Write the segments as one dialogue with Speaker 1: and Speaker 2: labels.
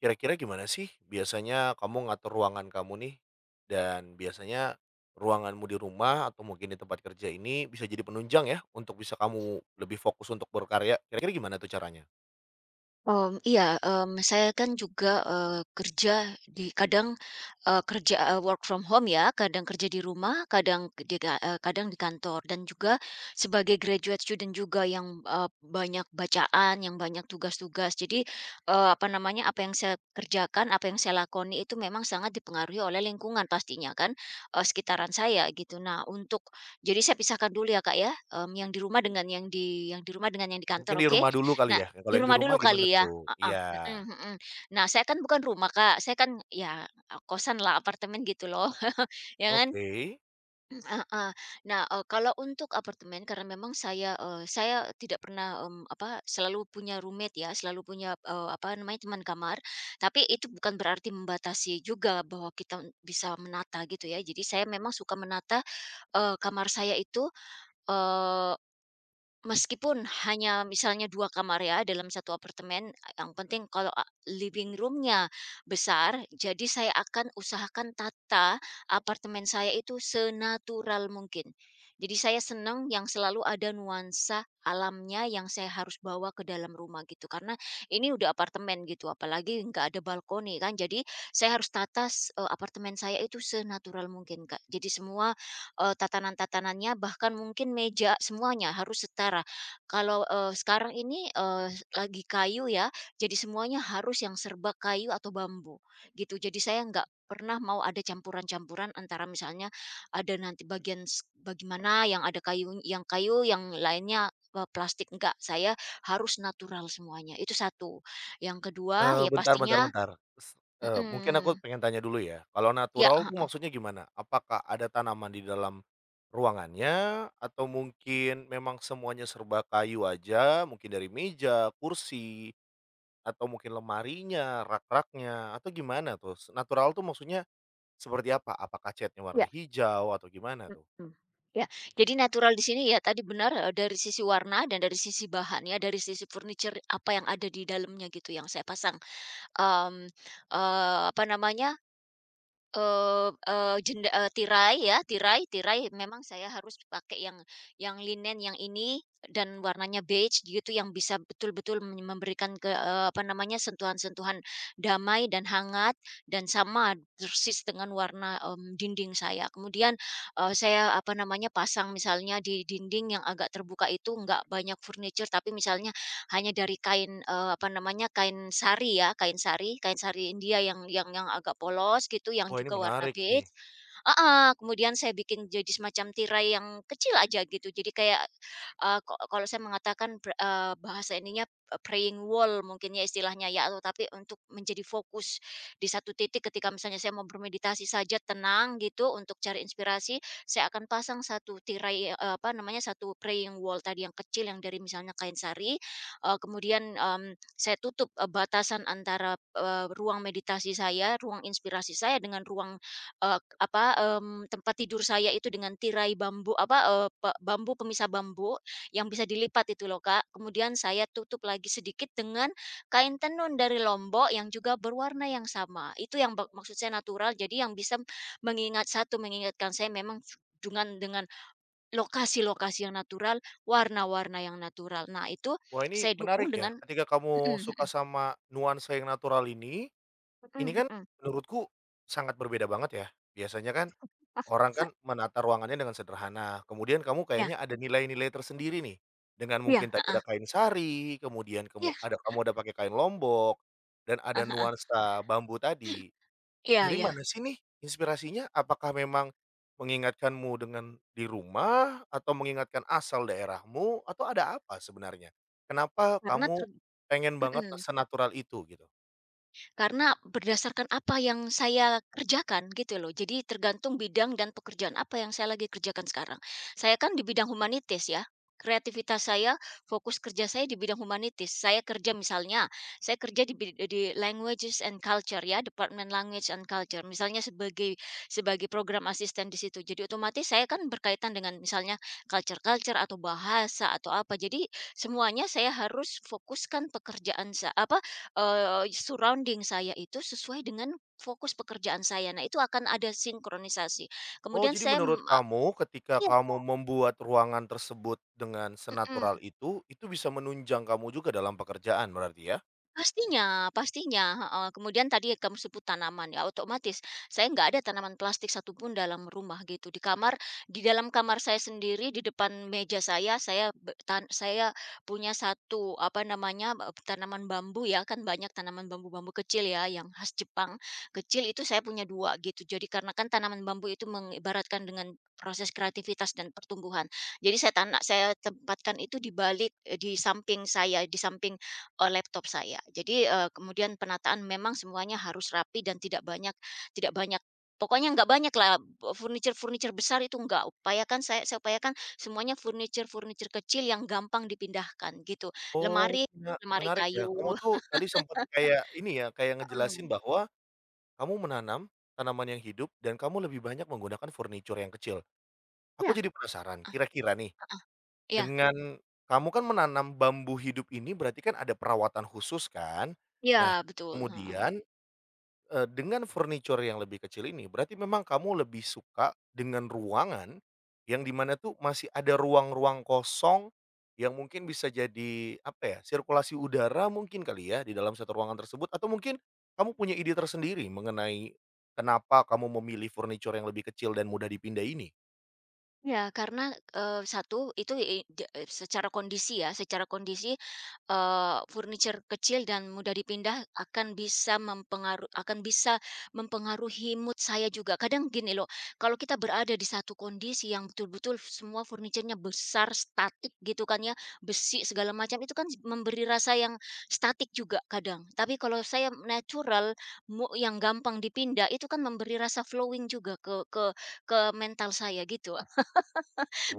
Speaker 1: Kira-kira gimana sih biasanya kamu ngatur ruangan kamu nih? Dan biasanya ruanganmu di rumah atau mungkin di tempat kerja ini bisa jadi penunjang ya untuk bisa kamu lebih fokus untuk berkarya, kira-kira gimana tuh caranya?
Speaker 2: Iya, saya kan juga, kerja di kadang, kerja, work from home ya, kadang kerja di rumah, kadang di kantor dan juga sebagai graduate student juga yang, banyak bacaan, yang banyak tugas-tugas. Jadi, apa namanya, apa yang saya kerjakan, apa yang saya lakoni itu memang sangat dipengaruhi oleh lingkungan pastinya kan, sekitaran saya gitu. Nah untuk Jadi saya pisahkan dulu ya Kak ya, yang di rumah dengan yang di rumah dengan yang di
Speaker 1: Mungkin
Speaker 2: kantor,
Speaker 1: di
Speaker 2: oke?
Speaker 1: rumah dulu kali
Speaker 2: Nah
Speaker 1: ya?
Speaker 2: di
Speaker 1: Kalau yang di
Speaker 2: rumah
Speaker 1: rumah
Speaker 2: dulu
Speaker 1: gimana
Speaker 2: kali ya?
Speaker 1: tuh?
Speaker 2: Heeh,
Speaker 1: Iya,
Speaker 2: mhm mhm. Nah, saya kan bukan rumah, Kak, saya kan ya, kosanlah, apartemen gitu loh, ya kan?
Speaker 1: oke.
Speaker 2: Heeh. Nah, kalau untuk apartemen karena memang saya, saya tidak pernah, apa, selalu punya roommate ya, selalu punya, apa namanya, teman kamar, tapi itu bukan berarti membatasi juga bahwa kita bisa menata gitu ya. Jadi saya memang suka menata, kamar saya itu, eee meskipun hanya misalnya 2 kamar ya dalam satu apartemen, yang penting kalau a living roomnya besar, jadi saya akan usahakan tata apartemen saya itu senatural mungkin. Jadi saya senang yang selalu ada nuansa alamnya yang saya harus bawa ke dalam rumah gitu, karena ini udah apartemen gitu, apalagi nggak ada balkoni kan, jadi saya harus tata apartemen saya itu senatural mungkin, Kak. Jadi semua tatanan-tatanannya, bahkan mungkin meja, semuanya harus setara. Kalau, sekarang ini, lagi kayu ya, jadi semuanya harus yang serba kayu atau bambu, gitu. Jadi saya nggak pernah mau ada campuran-campuran antara misalnya ada nanti bagian s bagaimana yang ada kayu, yang lainnya, plastik, enggak. Saya harus natural semuanya, itu satu. Yang kedua, ya
Speaker 1: Bentar bentar
Speaker 2: pastinya
Speaker 1: bentar, mungkin aku
Speaker 2: mhm,
Speaker 1: pengen tanya dulu ya, kalau
Speaker 2: ya.
Speaker 1: natural tuh maksudnya gimana? Apakah ada tanaman di dalam ruangannya atau mungkin memang semuanya serba kayu aja, mungkin dari meja, kursi, atau mungkin lemarinya, rak-raknya, atau gimana tuh? Natural tuh maksudnya seperti apa? Apakah catnya warna
Speaker 2: Ya.
Speaker 1: hijau atau gimana tuh?
Speaker 2: Mhm. Ya, jadi natural di sini ya tadi benar, dari sisi warna dan dari sisi bahan ya dari sisi furniture apa yang ada di dalamnya gitu yang saya pasang, mmm, apa namanya, Eee eee, jenda eee, tirai ya, tirai tirai memang saya harus pakai yang linen yang ini dan warnanya beige gitu yang bisa betul-betul memberikan ke apa namanya, sentuhan-sentuhan damai dan hangat dan sama persis dengan warna, dinding saya. Kemudian, saya, apa namanya, pasang misalnya di dinding yang agak terbuka itu nggak banyak furniture tapi misalnya hanya dari kain, apa namanya, kain sari ya, kain sari India yang agak polos gitu, yang
Speaker 1: Wah, ini
Speaker 2: juga warna
Speaker 1: menarik nih.
Speaker 2: beige heeh, kemudian saya bikin jadi semacam tirai yang kecil aja gitu. Jadi kayak, eee, ko kalau saya mengatakan bahasa ininya, praying wall mungkin ya istilahnya ya, atau tapi untuk menjadi fokus di satu titik ketika misalnya saya mau bermeditasi saja tenang gitu untuk cari inspirasi, saya akan pasang satu tirai, apa namanya, satu praying wall tadi yang kecil yang dari misalnya kain sari, kemudian, saya tutup, batasan antara, ruang meditasi saya, ruang inspirasi saya dengan ruang, eee, apa, tempat tidur saya itu dengan tirai bambu apa, eee, pe bambu pemisah bambu yang bisa dilipat itu loh, Kak. Kemudian saya tutup lagi sedikit dengan kain tenun dari Lombok yang juga berwarna yang sama. Itu yang bak maksud saya natural, jadi yang bisa mengingatkan saya memang dengan lokasi-lokasi yang natural, warna-warna yang natural. Nah itu
Speaker 1: Wah, ini
Speaker 2: saya dukung
Speaker 1: menarik ya,
Speaker 2: dengan
Speaker 1: ketika kamu
Speaker 2: mhm mhm.
Speaker 1: suka sama nuansa yang natural ini. Ini
Speaker 2: Mhm
Speaker 1: kan
Speaker 2: mhm.
Speaker 1: menurutku sangat berbeda banget ya. Biasanya kan orang kan menata ruangannya dengan sederhana, kemudian kamu
Speaker 2: Iya.
Speaker 1: kayaknya ada nilai-nilai tersendiri nih, dengan
Speaker 2: Iya.
Speaker 1: mungkin tadi
Speaker 2: Heeh.
Speaker 1: ada kain sari, kemudian kamu
Speaker 2: Iya,
Speaker 1: ada kamu ada pakai kain lombok, dan ada
Speaker 2: heeh heeh.
Speaker 1: nuansa bambu tadi.
Speaker 2: Iya
Speaker 1: Dari
Speaker 2: iya.
Speaker 1: mana sih nih inspirasinya? Apakah memang mengingatkanmu dengan di rumah, atau mengingatkan asal daerahmu, atau ada apa sebenarnya? Kenapa
Speaker 2: Karena ter
Speaker 1: kamu pengen banget
Speaker 2: mhm.
Speaker 1: senatural itu gitu?
Speaker 2: Karena berdasarkan apa yang saya kerjakan gitu loh. Jadi tergantung bidang dan pekerjaan apa yang saya lagi kerjakan sekarang. Saya kan di bidang humanitis ya. Kreativitas saya, fokus kerja saya di bidang humanitis. Saya kerja misalnya, saya kerja di languages and culture ya, Department Language and Culture. Misalnya sebagai sebagai program asisten di situ. Jadi otomatis saya kan berkaitan dengan misalnya culture-culture atau bahasa atau apa. Jadi semuanya saya harus fokuskan pekerjaan saya apa surrounding saya itu sesuai dengan fokus pekerjaan saya. Nah, itu akan ada sinkronisasi.
Speaker 1: Oh,
Speaker 2: Kemudian
Speaker 1: jadi
Speaker 2: saya,
Speaker 1: menurut
Speaker 2: mmm, eee
Speaker 1: kamu ketika
Speaker 2: iya,
Speaker 1: kamu membuat ruangan tersebut dengan
Speaker 2: mhm.
Speaker 1: senatural itu bisa menunjang kamu juga dalam pekerjaan berarti ya?
Speaker 2: Pastinya pastinya, heeh. Kemudian tadi kamu sebut tanaman ya, otomatis saya nggak ada tanaman plastik satupun dalam rumah gitu. Di kamar di dalam kamar saya sendiri, di depan meja saya be tan saya punya satu, apa namanya, tanaman bambu ya, kan banyak tanaman bambu-bambu kecil ya yang khas Jepang, kecil itu saya punya 2 gitu. Jadi karena kan tanaman bambu itu mengibaratkan dengan proses kreativitas dan pertumbuhan. Jadi saya tempatkan itu di balik, di samping saya, di samping laptop saya. Jadi, kemudian penataan memang semuanya harus rapi dan tidak banyak pokoknya nggak banyak lah furniture-furniture besar itu nggak, upayakan saya upayakan semuanya furniture-furniture kecil yang gampang dipindahkan gitu.
Speaker 1: Oh,
Speaker 2: Lemari
Speaker 1: iya,
Speaker 2: lemari
Speaker 1: menarik ya.
Speaker 2: kayu.
Speaker 1: Kamu tuh tadi sempat kayak ini ya, kayak
Speaker 2: Heeh.
Speaker 1: ngejelasin bahwa kamu menanam tanaman yang hidup dan kamu lebih banyak menggunakan furniture yang kecil. Aku
Speaker 2: Ya,
Speaker 1: jadi penasaran, kira-kira nih,
Speaker 2: ya
Speaker 1: dengan kamu kan menanam bambu hidup ini berarti kan ada perawatan khusus kan? Nah,
Speaker 2: iya betul, heeh.
Speaker 1: kemudian dengan furniture yang lebih kecil ini, berarti memang kamu lebih suka dengan ruangan yang dimana tuh masih ada ruang-ruang kosong yang mungkin bisa jadi, apa ya, sirkulasi udara mungkin kali ya di dalam satu ruangan tersebut? Atau mungkin kamu punya ide tersendiri mengenai kenapa kamu memilih furniture yang lebih kecil dan mudah dipindah ini?
Speaker 2: Ya, karena, satu itu, secara kondisi ya, secara kondisi, furniture kecil dan mudah dipindah akan bisa akan bisa mempengaruhi mood saya juga. Kadang gini loh, kalau kita berada di satu kondisi yang betul-betul semua furniturnya besar, statik gitu kan ya, besi segala macam, itu kan memberi rasa yang statik juga kadang. Tapi kalau saya natural, yang gampang dipindah, itu kan memberi rasa flowing juga ke mental saya gitu.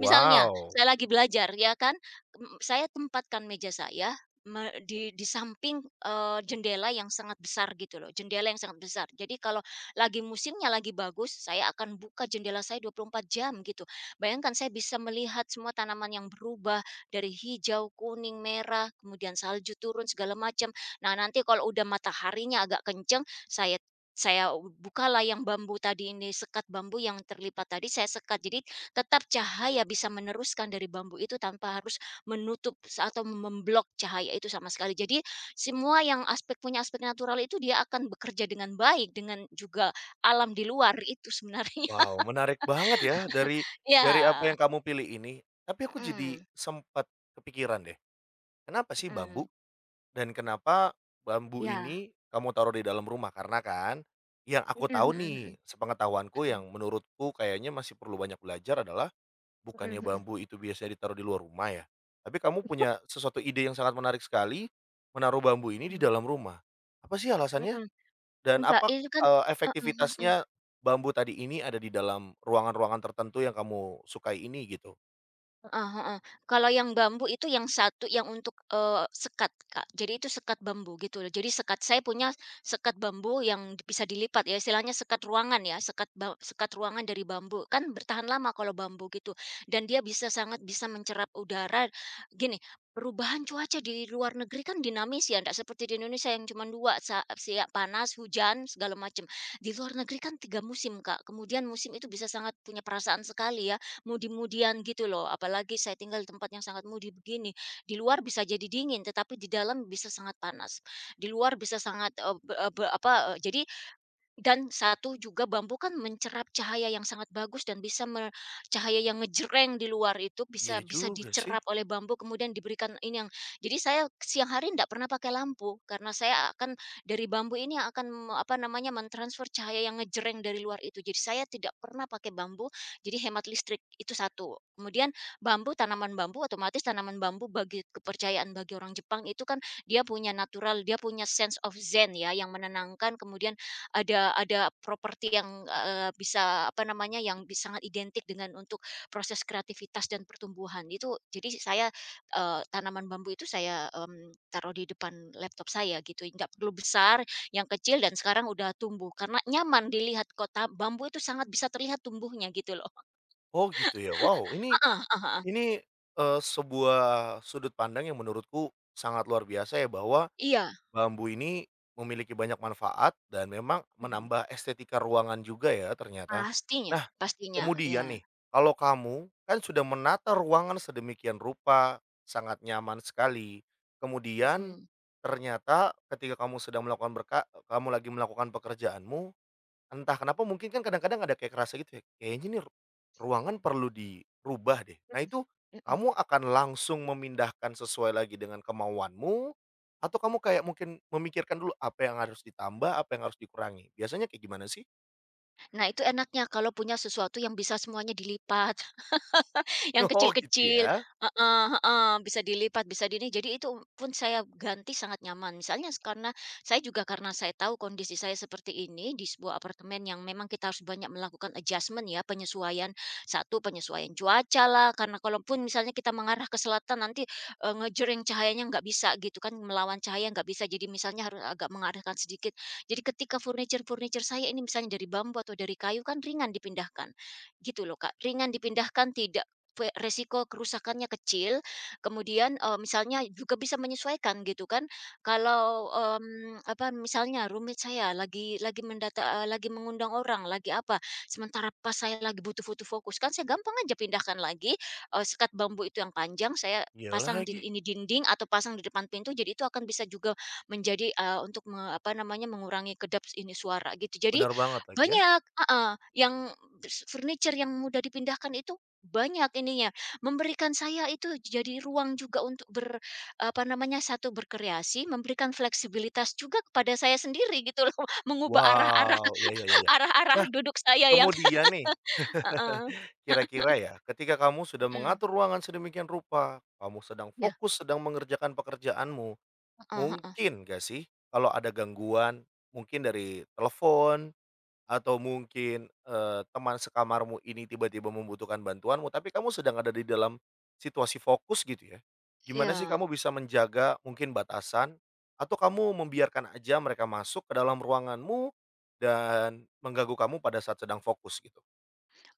Speaker 2: Misalnya saya lagi belajar ya kan, saya tempatkan meja saya me di samping, jendela yang sangat besar gitu loh, jendela yang sangat besar. Jadi kalau lagi musimnya lagi bagus, saya akan buka jendela saya 24 jam gitu. Bayangkan saya bisa melihat semua tanaman yang berubah dari hijau, kuning, merah, kemudian salju turun segala macam. Nah, nanti kalau udah mataharinya agak kenceng, saya bukalah yang bambu tadi ini, sekat bambu yang terlipat tadi saya sekat. Jadi tetap cahaya bisa meneruskan dari bambu itu tanpa harus menutup sa atau memblok cahaya itu sama sekali. Jadi semua yang punya aspek natural itu dia akan bekerja dengan baik, dengan juga alam di luar itu sebenarnya.
Speaker 1: wow, menarik banget ya dari apa
Speaker 2: Ya,
Speaker 1: yang kamu pilih ini. Tapi aku jadi
Speaker 2: mhm,
Speaker 1: sempat kepikiran deh, kenapa sih bambu?
Speaker 2: mhm,
Speaker 1: Dan kenapa bambu
Speaker 2: ya,
Speaker 1: ini kamu taruh di dalam rumah? Karena kan yang
Speaker 2: mhm
Speaker 1: aku tahu
Speaker 2: mhm
Speaker 1: nih, sepengetahuanku
Speaker 2: mhm,
Speaker 1: yang menurutku kayaknya masih perlu banyak belajar adalah
Speaker 2: mhm,
Speaker 1: bukannya
Speaker 2: mhm mhm,
Speaker 1: bambu itu biasanya ditaruh di luar rumah ya. Tapi kamu punya sesuatu ide yang sangat menarik sekali, menaruh bambu ini di
Speaker 2: mhm,
Speaker 1: dalam rumah. Apa sih alasannya?
Speaker 2: mhm.
Speaker 1: Dan
Speaker 2: Enggak,
Speaker 1: apa,
Speaker 2: itu kan heeh, mhm.
Speaker 1: efektivitasnya bambu tadi ini ada di dalam ruangan-ruangan tertentu yang kamu sukai ini gitu?
Speaker 2: Heeh heeh. Kalau yang bambu itu yang satu yang untuk, sekat, Kak. Jadi itu sekat bambu gitu loh. Jadi sekat saya punya sekat bambu yang di- bisa dilipat ya, istilahnya sekat ruangan ya, sekat ruangan dari bambu. Kan bertahan lama kalau bambu gitu, dan dia bisa bisa mencerap udara. Gini, perubahan cuaca di luar negeri kan dinamis ya, ndak seperti di Indonesia yang cuma 2 sa siang panas, hujan, segala macam. Di luar negeri kan 3 musim, Kak. Kemudian musim itu bisa sangat punya perasaan sekali ya mudi-mudian gitu loh. Apalagi saya tinggal di tempat yang sangat mudi begini. Di luar bisa jadi dingin, tetapi di dalam bisa sangat panas. Di luar bisa sangat, eee, be apa, eee, jadi dan satu juga bambu kan mencerap cahaya yang sangat bagus dan bisa me cahaya yang ngejreng di luar itu bisa
Speaker 1: Iya
Speaker 2: bisa
Speaker 1: juga sih.
Speaker 2: dicerap oleh bambu kemudian diberikan ini yang jadi saya siang hari tidak pernah pakai lampu karena saya akan dari bambu ini yang akan me apa namanya, mentransfer cahaya yang ngejreng dari luar itu. Jadi saya tidak pernah pakai bambu, jadi hemat listrik, itu satu. Kemudian bambu, tanaman bambu bagi kepercayaan bagi orang Jepang itu kan dia punya natural, dia punya sense of zen ya yang menenangkan kemudian ada properti yang, bisa apa namanya, yang bi sangat identik dengan untuk proses kreativitas dan pertumbuhan itu jadi saya, tanaman bambu itu saya, taruh di depan laptop saya gitu, nggak perlu besar, yang kecil dan sekarang udah tumbuh karena nyaman dilihat kota bambu itu sangat bisa terlihat tumbuhnya gitu loh.
Speaker 1: Oh gitu ya. Wow, ini
Speaker 2: Heeh, ah hah.
Speaker 1: Ini, sebuah sudut pandang yang menurutku sangat luar biasa ya, bahwa
Speaker 2: Iya,
Speaker 1: bambu ini memiliki banyak manfaat dan memang
Speaker 2: mhm,
Speaker 1: menambah estetika ruangan juga ya ternyata.
Speaker 2: pastinya
Speaker 1: Nah,
Speaker 2: pastinya, iya,
Speaker 1: kemudian nih, kalau kamu kan sudah menata ruangan sedemikian rupa, sangat nyaman sekali, kemudian
Speaker 2: mhm,
Speaker 1: ternyata ketika kamu sedang melakukan kamu lagi melakukan pekerjaanmu. Entah kenapa mungkin kan kadang-kadang ada kayak kerasa gitu ya, kayaknya nih ruangan perlu dirubah deh. Nah
Speaker 2: mhm,
Speaker 1: itu,
Speaker 2: mhm.
Speaker 1: kamu akan langsung memindahkan sesuai lagi dengan kemauanmu, atau kamu kayak mungkin memikirkan dulu apa yang harus ditambah, apa yang harus dikurangi? Biasanya kayak gimana sih?
Speaker 2: Nah itu enaknya kalau punya sesuatu yang bisa semuanya dilipat. Yang
Speaker 1: Oh gitu
Speaker 2: kecil-kecil
Speaker 1: ya?
Speaker 2: heeh heeh, bisa dilipat, bisa di ini, jadi itu pun saya ganti sangat nyaman. Misalnya s karena saya juga karena saya tahu kondisi saya seperti ini di sebuah apartemen yang memang kita harus banyak melakukan adjustment ya, penyesuaian. Satu, penyesuaian cuaca lah karena kalaupun misalnya kita mengarah ke selatan nanti, ngejreng cahayanya nggak bisa gitu kan, melawan cahaya nggak bisa, jadi misalnya harus agak mengarahkan sedikit. Jadi ketika furniture-furniture saya ini misalnya dari bambu atau dari kayu kan ringan dipindahkan, gitu loh Kak. Ringan dipindahkan, tidak, resiko kerusakannya kecil, kemudian, misalnya juga bisa menyesuaikan gitu kan. Kalau, misalnya rumit saya lagi mendata, lagi mengundang orang, lagi apa, sementara pas saya lagi butuh butuh fokus, kan saya gampang aja pindahkan lagi, sekat bambu itu yang panjang saya
Speaker 1: Iya
Speaker 2: pasang di
Speaker 1: lagi,
Speaker 2: ini dinding atau pasang di depan pintu, jadi itu akan bisa juga menjadi, untuk me apa namanya, mengurangi kedap ini suara gitu. Jadi
Speaker 1: benar banget lagi ya.
Speaker 2: banyak heeh, yang furniture yang mudah dipindahkan itu banyak ininya, memberikan saya itu jadi ruang juga untuk ber apa namanya, satu berkreasi, memberikan fleksibilitas juga kepada saya sendiri gitu loh, mengubah
Speaker 1: Wow, ya ya ya ya.
Speaker 2: arah-arah
Speaker 1: Nah
Speaker 2: duduk saya yang
Speaker 1: kemudian nih,
Speaker 2: heeh,
Speaker 1: kira-kira ya ketika kamu sudah
Speaker 2: mhm,
Speaker 1: mengatur ruangan sedemikian rupa, kamu sedang
Speaker 2: iya,
Speaker 1: fokus sedang mengerjakan pekerjaanmu.
Speaker 2: heeh heeh,
Speaker 1: Mungkin nggak sih, kalau ada gangguan, mungkin dari telepon, atau mungkin, teman sekamarmu ini tiba-tiba membutuhkan bantuanmu, tapi kamu sedang ada di dalam situasi fokus gitu ya, gimana sih
Speaker 2: iya.
Speaker 1: kamu bisa menjaga mungkin batasan, atau kamu membiarkan aja mereka masuk ke dalam ruanganmu, dan mengganggu kamu pada saat sedang fokus gitu?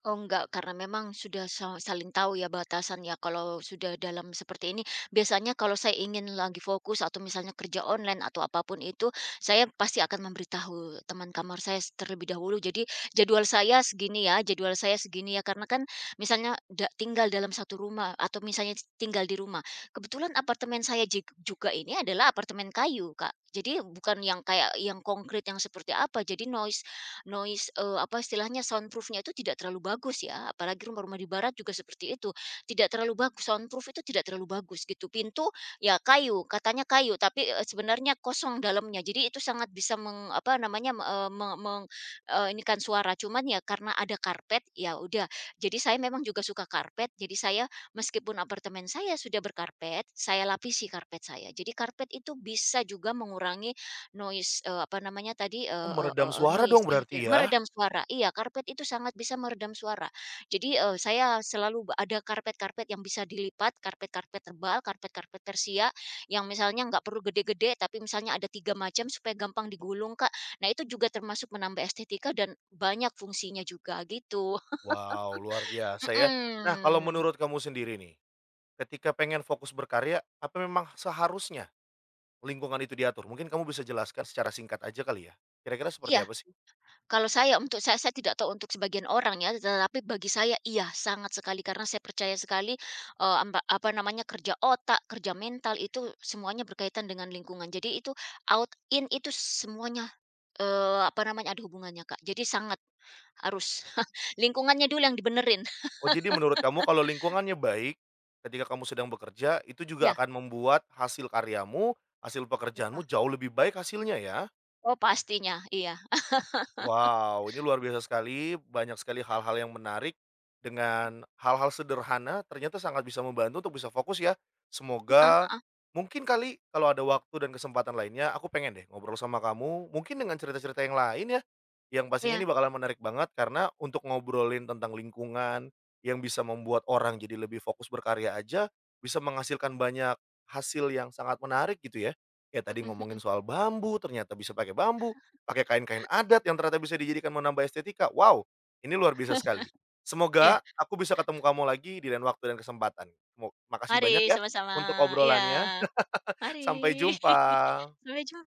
Speaker 2: Oh enggak, karena memang sudah saling tahu ya batasannya kalau sudah dalam seperti ini. Biasanya kalau saya ingin lagi fokus atau misalnya kerja online atau apapun itu, saya pasti akan memberitahu teman kamar saya s- terlebih dahulu. Jadi jadwal saya segini ya. Karena kan misalnya da- tinggal dalam satu rumah atau misalnya tinggal di rumah. Kebetulan apartemen saya jig- juga ini adalah apartemen kayu, Kak. Jadi bukan yang kayak yang konkret yang seperti apa. Jadi noise noise, apa istilahnya, soundproofnya itu tidak terlalu bagus ya, apalagi rumah-rumah di barat juga seperti itu, tidak terlalu bagus, soundproof itu tidak terlalu bagus gitu. Pintu ya kayu, katanya kayu, tapi, sebenarnya kosong dalamnya. Jadi itu sangat bisa meng apa namanya, me eee, me meng eee, inikan suara, cuman ya karena ada karpet, ya udah. Jadi saya memang juga suka karpet, jadi saya meskipun apartemen saya sudah berkarpet, saya lapisi karpet saya. Jadi karpet itu bisa juga mengurangi noise, eee, apa namanya tadi,
Speaker 1: Oh
Speaker 2: eee eee
Speaker 1: meredam
Speaker 2: eee,
Speaker 1: suara
Speaker 2: noise
Speaker 1: dong
Speaker 2: ya,
Speaker 1: berarti
Speaker 2: dan
Speaker 1: ya?
Speaker 2: meredam suara. Iya, karpet itu sangat bisa meredam suara. Jadi, saya selalu ba- ada karpet-karpet yang bisa dilipat, karpet-karpet tebal, karpet-karpet persia, yang misalnya nggak perlu gede-gede, tapi misalnya ada 3 macam supaya gampang digulung, Kak. Nah, itu juga termasuk menambah estetika dan banyak fungsinya juga gitu.
Speaker 1: Wow luar biasa ya. Nah kalau
Speaker 2: Mhm.
Speaker 1: menurut kamu sendiri nih ketika pengen fokus berkarya, apa memang seharusnya lingkungan itu diatur? Mungkin kamu bisa jelaskan secara singkat aja kali ya? Kira-kira seperti
Speaker 2: Iya.
Speaker 1: apa sih?
Speaker 2: Kalau saya, untuk saya tidak tahu untuk sebagian orang ya, tetapi bagi saya iya, sangat sekali karena saya percaya sekali, eee, amba apa namanya, kerja otak, kerja mental itu semuanya berkaitan dengan lingkungan. Jadi itu out, in, itu semuanya, apa namanya, ada hubungannya, Kak. Jadi sangat harus lingkungannya dulu yang dibenerin.
Speaker 1: Oh jadi menurut kamu kalau lingkungannya baik, ketika kamu sedang bekerja, itu juga
Speaker 2: Ya
Speaker 1: akan membuat hasil karyamu, hasil
Speaker 2: heeh.
Speaker 1: pekerjaanmu jauh lebih baik hasilnya ya?
Speaker 2: Oh pastinya, iya,
Speaker 1: Wow, ini luar biasa sekali, banyak sekali hal-hal yang menarik, dengan hal-hal sederhana ternyata sangat bisa membantu untuk bisa fokus ya. Semoga
Speaker 2: heeh,
Speaker 1: mungkin kali kalau ada waktu dan kesempatan lainnya, aku pengen deh ngobrol sama kamu, mungkin dengan cerita-cerita yang lain ya, yang pastinya
Speaker 2: iya,
Speaker 1: ini bakalan menarik banget karena untuk ngobrolin tentang lingkungan, yang bisa membuat orang jadi lebih fokus berkarya aja, bisa menghasilkan banyak hasil yang sangat menarik gitu ya. Ya tadi
Speaker 2: mhm
Speaker 1: ngomongin
Speaker 2: mhm,
Speaker 1: soal bambu, ternyata bisa pakai bambu, pakai kain-kain adat yang ternyata bisa dijadikan menambah estetika. Wow, ini luar biasa sekali.
Speaker 2: iya.
Speaker 1: Semoga aku bisa ketemu kamu lagi di lain waktu dan kesempatan. Mo makasih
Speaker 2: Mari
Speaker 1: banyak ya
Speaker 2: sama-sama,
Speaker 1: untuk
Speaker 2: iya,
Speaker 1: obrolannya.
Speaker 2: mari,
Speaker 1: Sampai jumpa.
Speaker 2: sampai jum